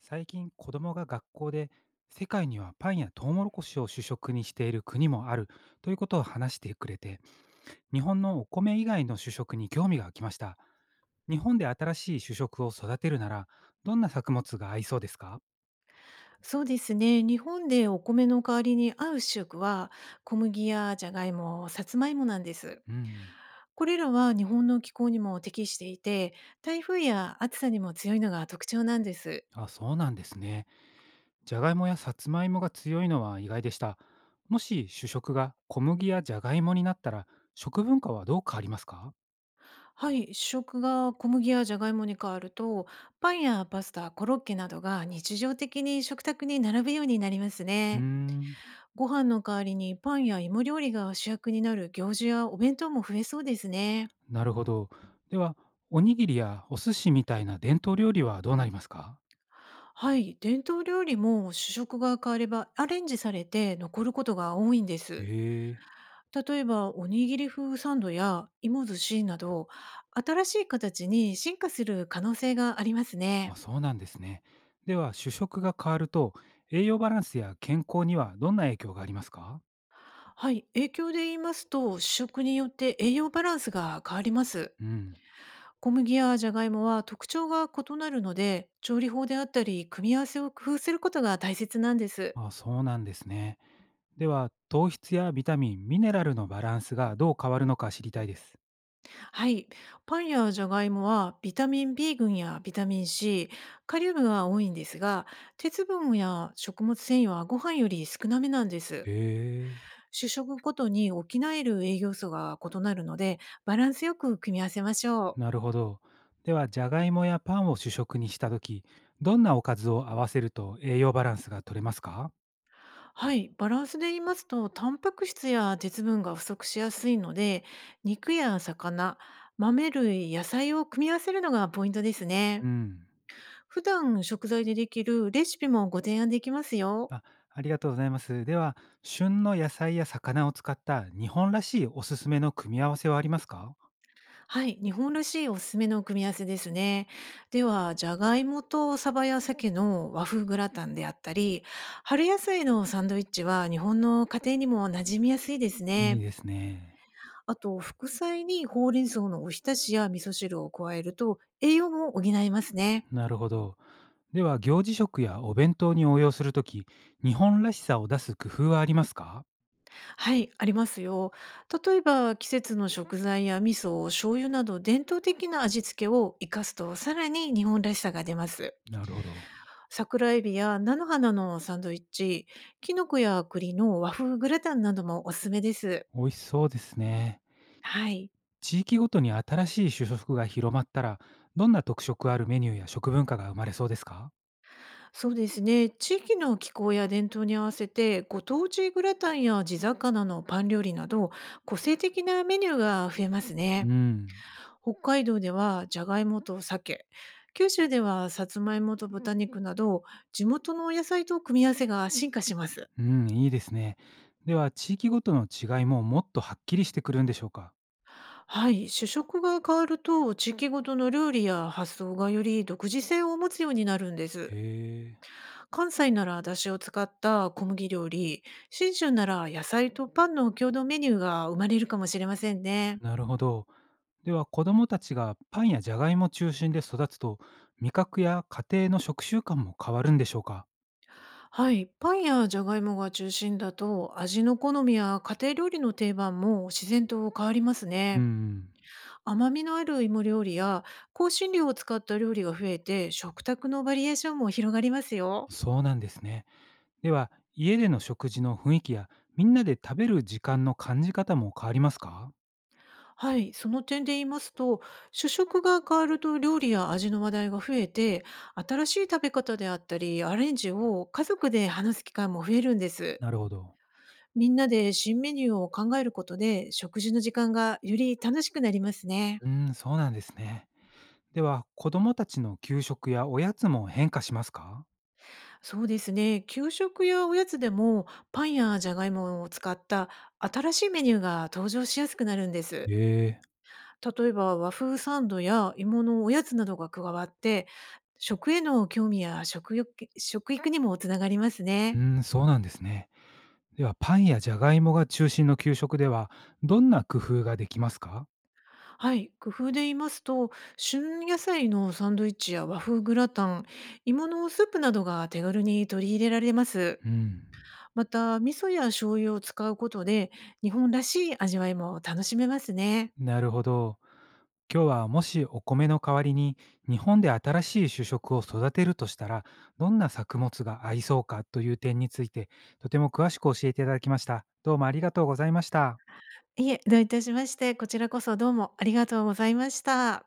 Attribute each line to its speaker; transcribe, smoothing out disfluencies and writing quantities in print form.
Speaker 1: 最近子供が学校で、世界にはパンやトウモロコシを主食にしている国もあるということを話してくれて、日本のお米以外の主食に興味が湧きました。日本で新しい主食を育てるなら、どんな作物が合いそうですか？
Speaker 2: そうですね。日本でお米の代わりに合う主食は、小麦やじゃがいも、さつまいもなんです。
Speaker 1: うん。
Speaker 2: これらは日本の気候にも適していて、台風や暑さにも強いのが特徴なんです。
Speaker 1: あ、そうなんですね。じゃがいもやさつまいもが強いのは意外でした。もし主食が小麦やじゃがいもになったら、食文化はどう変わりますか？
Speaker 2: はい、主食が小麦やじゃがいもに変わると、パンやパスタ、コロッケなどが日常的に食卓に並ぶようになります
Speaker 1: うー
Speaker 2: ね。
Speaker 1: ん。
Speaker 2: ご飯の代わりにパンや芋料理が主役になる行事やお弁当も増えそうですね。
Speaker 1: なるほど。では、おにぎりやお寿司みたいな伝統料理はどうなりますか？
Speaker 2: はい、伝統料理も主食が変わればアレンジされて残ることが多いんで
Speaker 1: へ
Speaker 2: す。
Speaker 1: え、
Speaker 2: 例えばおにぎり風サンドや芋寿司など新しい形に進化する可能性があります
Speaker 1: あ、
Speaker 2: ね。
Speaker 1: そうなんですね。では、主食が変わると、栄養バランスや健康にはどんな影響がありますか？
Speaker 2: はい、影響で言いますと主食によって栄養バランスが変わります。
Speaker 1: うん。
Speaker 2: 小麦やじゃがいもは特徴が異なるので調理法であったり組み合わせを工夫することが大切なんです。
Speaker 1: あ、そうなんですね。では、糖質やビタミン、ミネラルのバランスがどう変わるのか知りたいです。
Speaker 2: はい。パンやジャガイモはビタミン B 群やビタミン C、カリウムが多いんですが、鉄分や食物繊維はご飯より少なめなんで
Speaker 1: へ
Speaker 2: す。
Speaker 1: え。
Speaker 2: 主食ごとに補える栄養素が異なるので、バランスよく組み合わせましょ
Speaker 1: なるほど。では、じゃがいもやパンを主食にしたとき、どんなおかずを合わせると栄養バランスが取れますか？
Speaker 2: う。はい。バランスで言いますと、タンパク質や鉄分が不足しやすいので、肉や魚、豆類、野菜を組み合わせるのがポイントです
Speaker 1: う
Speaker 2: ね。
Speaker 1: ん。
Speaker 2: 普段食材でできるレシピもご提案できますよ。
Speaker 1: あ、ありがとうございます。では、旬の野菜や魚を使った日本らしいおすすめの組み合わせはありますか？
Speaker 2: はい、日本らしいおすすめの組み合わせですね。では、じゃがいもとサバや鮭の和風グラタンであったり、春野菜のサンドイッチは日本の家庭にも馴染みやすいです
Speaker 1: いい
Speaker 2: ね。
Speaker 1: ですね。
Speaker 2: あと、副菜にほうれん草のおひたしや味噌汁を加えると栄養も補えますね。
Speaker 1: なるほど。では、行事食やお弁当に応用するとき、日本らしさを出す工夫はありますか？
Speaker 2: はい、ありますよ。例えば、季節の食材や味噌、醤油など伝統的な味付けを活かすと、さらに日本らしさが出ます。
Speaker 1: なるほど。
Speaker 2: 桜エビや菜の花のサンドイッチ、きのこや栗の和風グラタンなどもおすすめです。
Speaker 1: 美味しそうですね。
Speaker 2: はい、
Speaker 1: 地域ごとに新しい主食が広まったら、どんな特色あるメニューや食文化が生まれそうですか？
Speaker 2: そうですね。地域の気候や伝統に合わせて、ご当地グラタンや地魚のパン料理など、個性的なメニューが増えます
Speaker 1: う
Speaker 2: ね。
Speaker 1: ん。
Speaker 2: 北海道ではじゃがいもと鮭、九州ではさつまいもと豚肉など、地元の野菜と組み合わせが進化します。
Speaker 1: うん、いいですね。では、地域ごとの違いももっとはっきりしてくるんでしょうか？
Speaker 2: はい、主食が変わると地域ごとの料理や発想がより独自性を持つようになるんで
Speaker 1: へ
Speaker 2: す。
Speaker 1: え。
Speaker 2: 関西ならだしを使った小麦料理、信州なら野菜とパンの共同メニューが生まれるかもしれませんね。
Speaker 1: なるほど。では、子どもたちがパンやジャガイモ中心で育つと、味覚や家庭の食習慣も変わるんでしょうか？
Speaker 2: はい、パンやじゃがいもが中心だと味の好みや家庭料理の定番も自然と変わります
Speaker 1: う
Speaker 2: ね。
Speaker 1: ん。
Speaker 2: 甘みのある芋料理や香辛料を使った料理が増えて食卓のバリエーションも広がりますよ。
Speaker 1: そうなんですね。では、家での食事の雰囲気や、みんなで食べる時間の感じ方も変わりますか？
Speaker 2: はい、その点で言いますと、主食が変わると料理や味の話題が増えて、新しい食べ方であったり、アレンジを家族で話す機会も増えるんです。
Speaker 1: なるほど。
Speaker 2: みんなで新メニューを考えることで、食事の時間がより楽しくなりますね。
Speaker 1: うーん、そうなんですね。では、子どもたちの給食やおやつも変化しますか？
Speaker 2: そうですね、給食やおやつでも、パンやジャガイモを使った新しいメニューが登場しやすくなるんです。
Speaker 1: へえ。
Speaker 2: 例えば和風サンドや芋のおやつなどが加わって、食への興味や食欲食育にもつながります
Speaker 1: う
Speaker 2: ね。
Speaker 1: ーん、そうなんですね。では、パンやジャガイモが中心の給食では、どんな工夫ができますか？
Speaker 2: はい、工夫で言いますと、旬野菜のサンドイッチや和風グラタン、芋のスープなどが手軽に取り入れられます。
Speaker 1: うん。
Speaker 2: また、味噌や醤油を使うことで、日本らしい味わいも楽しめますね。
Speaker 1: なるほど。今日はもしお米の代わりに日本で新しい主食を育てるとしたら、どんな作物が合いそうかという点について、とても詳しく教えていただきました。どうもありがとうございました。
Speaker 2: いえ、どういたしまして、こちらこそどうもありがとうございました。